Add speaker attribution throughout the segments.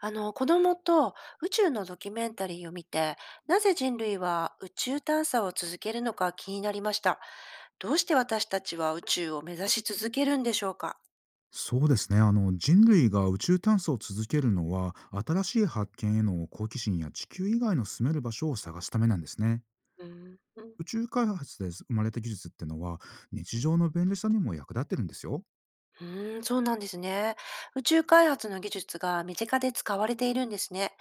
Speaker 1: あの子供と宇宙のドキュメンタリーを見て、なぜ人類は宇宙探査を続けるのか気になりました。どうして私たちは宇宙を目指し続けるんでしょうか？
Speaker 2: そうですね。人類が宇宙探査を続けるのは、新しい発見への好奇心や地球以外の住める場所を探すためなんですね。
Speaker 1: うーん、う
Speaker 2: 宇宙開発で生まれた技術ってのは、日常の便利さにも役立ってるんですよ。
Speaker 1: そうなんですね。宇宙開発の技術が身近で使われているんですね。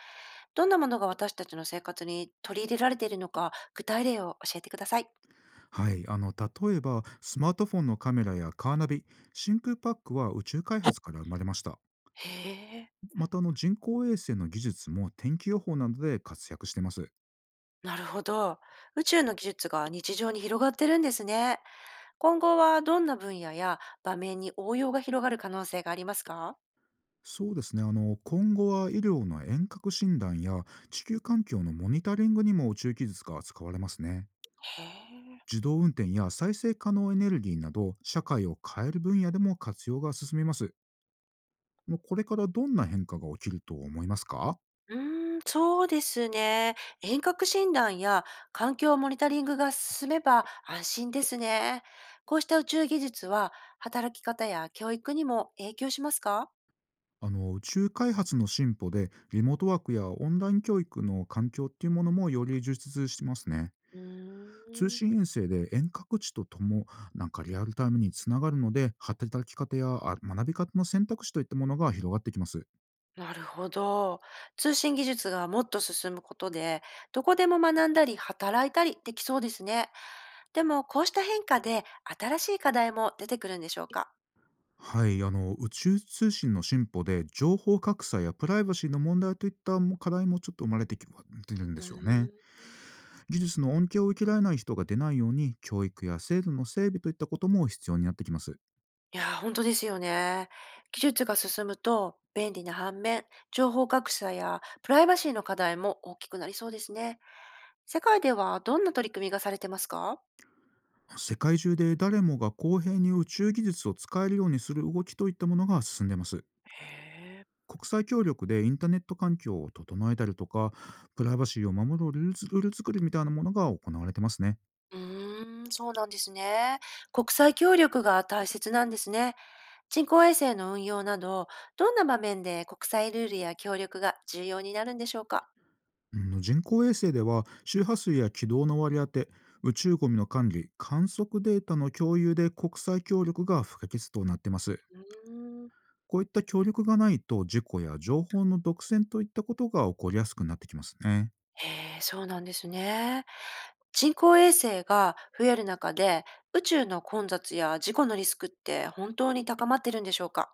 Speaker 1: どんなものが私たちの生活に取り入れられているのか、具体例を教えてください。
Speaker 2: はい。例えばスマートフォンのカメラやカーナビ、真空パックは宇宙開発から生まれました。
Speaker 1: へえ、
Speaker 2: また人工衛星の技術も天気予報などで活躍してます。
Speaker 1: なるほど。宇宙の技術が日常に広がってるんですね。今後はどんな分野や場面に応用が広がる可能性がありますか？
Speaker 2: そうですね。今後は医療の遠隔診断や地球環境のモニタリングにも宇宙技術が使われますね。
Speaker 1: へえ。
Speaker 2: 自動運転や再生可能エネルギーなど、社会を変える分野でも活用が進みます。もう、これからどんな変化が起きると思いますか？
Speaker 1: うーん、そうですね。遠隔診断や環境モニタリングが進めば安心ですね。こうした宇宙技術は働き方や教育にも影響しますか？
Speaker 2: 宇宙開発の進歩で、リモートワークやオンライン教育の環境っていうものもより充実してますね。
Speaker 1: う
Speaker 2: 通
Speaker 1: ーん。
Speaker 2: 信遠征で遠隔地とともリアルタイムにつながるので、働き方や学び方の選択肢といったものが広がってきます。
Speaker 1: なるほど。通信技術がもっと進むことで、どこでも学んだり働いたりできそうですね。でも、こうした変化で新しい課題も出てくるんでしょうか？
Speaker 2: はい。宇宙通信の進歩で、情報格差やプライバシーの問題といったも課題もちょっと生まれてきてるんで
Speaker 1: う
Speaker 2: すよ
Speaker 1: ー
Speaker 2: ね。
Speaker 1: ん。
Speaker 2: 技術の恩恵を受けられない人が出ないように、教育や制度の整備といったことも必要になってきます。
Speaker 1: いやー、本当ですよね。技術が進むと便利な反面、情報格差やプライバシーの課題も大きくなりそうですね。世界ではどんな取り組みがされてますか？
Speaker 2: 世界中で誰もが公平に宇宙技術を使えるようにする動きといったものが進んでます。
Speaker 1: へえ。
Speaker 2: 国際協力でインターネット環境を整えたりとか、プライバシーを守るルール作りみたいなものが行われてますね。
Speaker 1: うーん、そうなんですね。国際協力が大切なんですね。人工衛星の運用など、どんな場面で国際ルールや協力が重要になるんでしょうか？
Speaker 2: うん。人工衛星では周波数や軌道の割り当て、宇宙ゴミの管理、観測データの共有で国際協力が不可欠となってます。
Speaker 1: うーん。
Speaker 2: こういった協力がないと、事故や情報の独占といったことが起こりやすくなってきますね。
Speaker 1: へえ、そうなんですね。人工衛星が増える中で、宇宙の混雑や事故のリスクって本当に高まってるんでしょうか？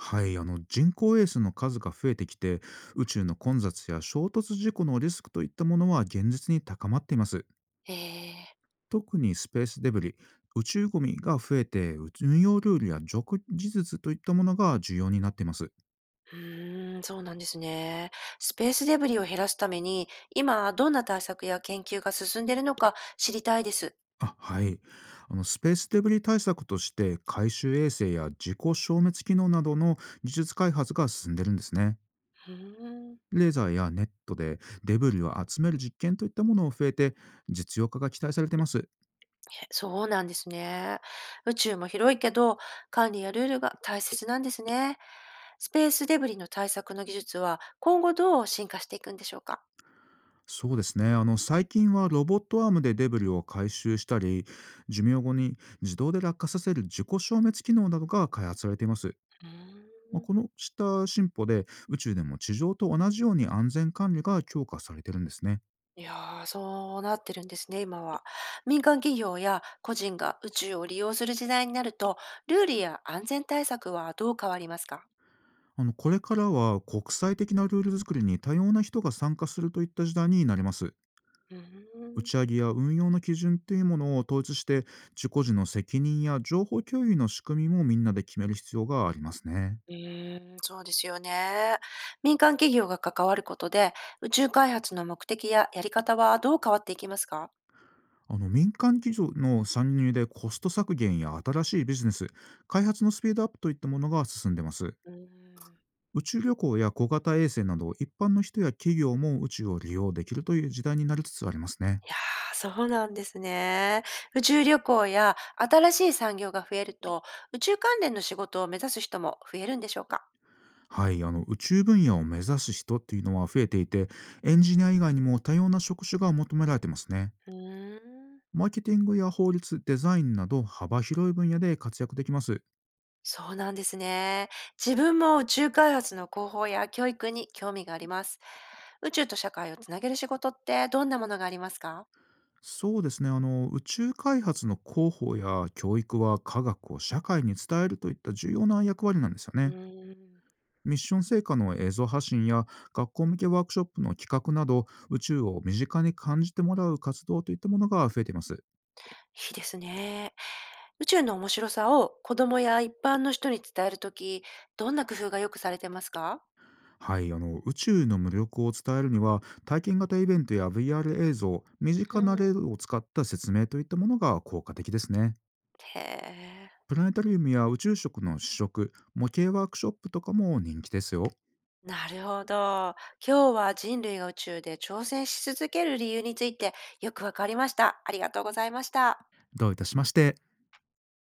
Speaker 2: はい。人工衛星の数が増えてきて、宇宙の混雑や衝突事故のリスクといったものは現実に高まっています。
Speaker 1: ええ、
Speaker 2: 特にスペースデブリ、宇宙ゴミが増えて、運用ルールや叙述といったものが重要になっています。
Speaker 1: うーん、そうなんですね。スペースデブリを減らすために、今どんな対策や研究が進んでいるのか知りたいです。
Speaker 2: あ、はい。スペースデブリ対策として、回収衛星や自己消滅機能などの技術開発が進んでるんですね。
Speaker 1: うーん、え、
Speaker 2: レーザーやネットでデブリを集める実験といったものを増えて、実用化が期待されています。
Speaker 1: そうなんですね。宇宙も広いけど、管理やルールが大切なんですね。スペースデブリの対策の技術は、今後どう進化していくんでしょうか？
Speaker 2: そうですね。最近はロボットアームでデブリを回収したり、寿命後に自動で落下させる自己消滅機能などが開発されています。
Speaker 1: うーん。
Speaker 2: まあ、このした進歩で、宇宙でも地上と同じように安全管理が強化されてるんですね。
Speaker 1: いやー、そうなってるんですね、今は。民間企業や個人が宇宙を利用する時代になると、ルールや安全対策はどう変わりますか？
Speaker 2: これからは国際的なルール作りに多様な人が参加するといった時代になります。
Speaker 1: うー
Speaker 2: 打
Speaker 1: ん。
Speaker 2: ち上げや運用の基準というものを統一して、自己時の責任や情報共有の仕組みもみんなで決める必要がありますね。
Speaker 1: うーん、そうですよね。民間企業が関わることで、宇宙開発の目的ややり方はどう変わっていきますか？
Speaker 2: 民間企業の参入でコスト削減や新しいビジネス、開発のスピードアップといったものが進んでます。
Speaker 1: うーん。
Speaker 2: 宇宙旅行や小型衛星など、一般の人や企業も宇宙を利用できるという時代になりつつありますね。
Speaker 1: いやー、そうなんですね。宇宙旅行や新しい産業が増えると、宇宙関連の仕事を目指す人も増えるんでしょうか？
Speaker 2: はい。宇宙分野を目指す人っていうのは増えていて、エンジニア以外にも多様な職種が求められてますね。
Speaker 1: うーん。
Speaker 2: マーケティングや法律デザインなど、幅広い分野で活躍できます。
Speaker 1: そうなんですね。自分も宇宙開発の広報や教育に興味があります。宇宙と社会をつなげる仕事ってどんなものがありますか？
Speaker 2: そうですね。宇宙開発の広報や教育は、科学を社会に伝えるといった重要な役割なんですよ
Speaker 1: う
Speaker 2: ね。
Speaker 1: ーん、い
Speaker 2: ミッション成果の映像発信や学校向けワークショップの企画など、宇宙を身近に感じてもらう活動といったものが増えています。
Speaker 1: いですね。宇宙の面白さを子供や一般の人に伝えるとき、どんな工夫がよくされてますか？
Speaker 2: はい。宇宙の魅力を伝えるには、体験型イベントや VR 映像、身
Speaker 1: う
Speaker 2: 近な例
Speaker 1: ん、
Speaker 2: を使った説明といったものが効果的ですね。
Speaker 1: へえ。
Speaker 2: プラネタリウムや宇宙食の試食、模型ワークショップとかも人気ですよ。
Speaker 1: なるほど。今日は人類が宇宙で挑戦し続ける理由についてよくわかりました。ありがとうございました。
Speaker 2: どういたしまして。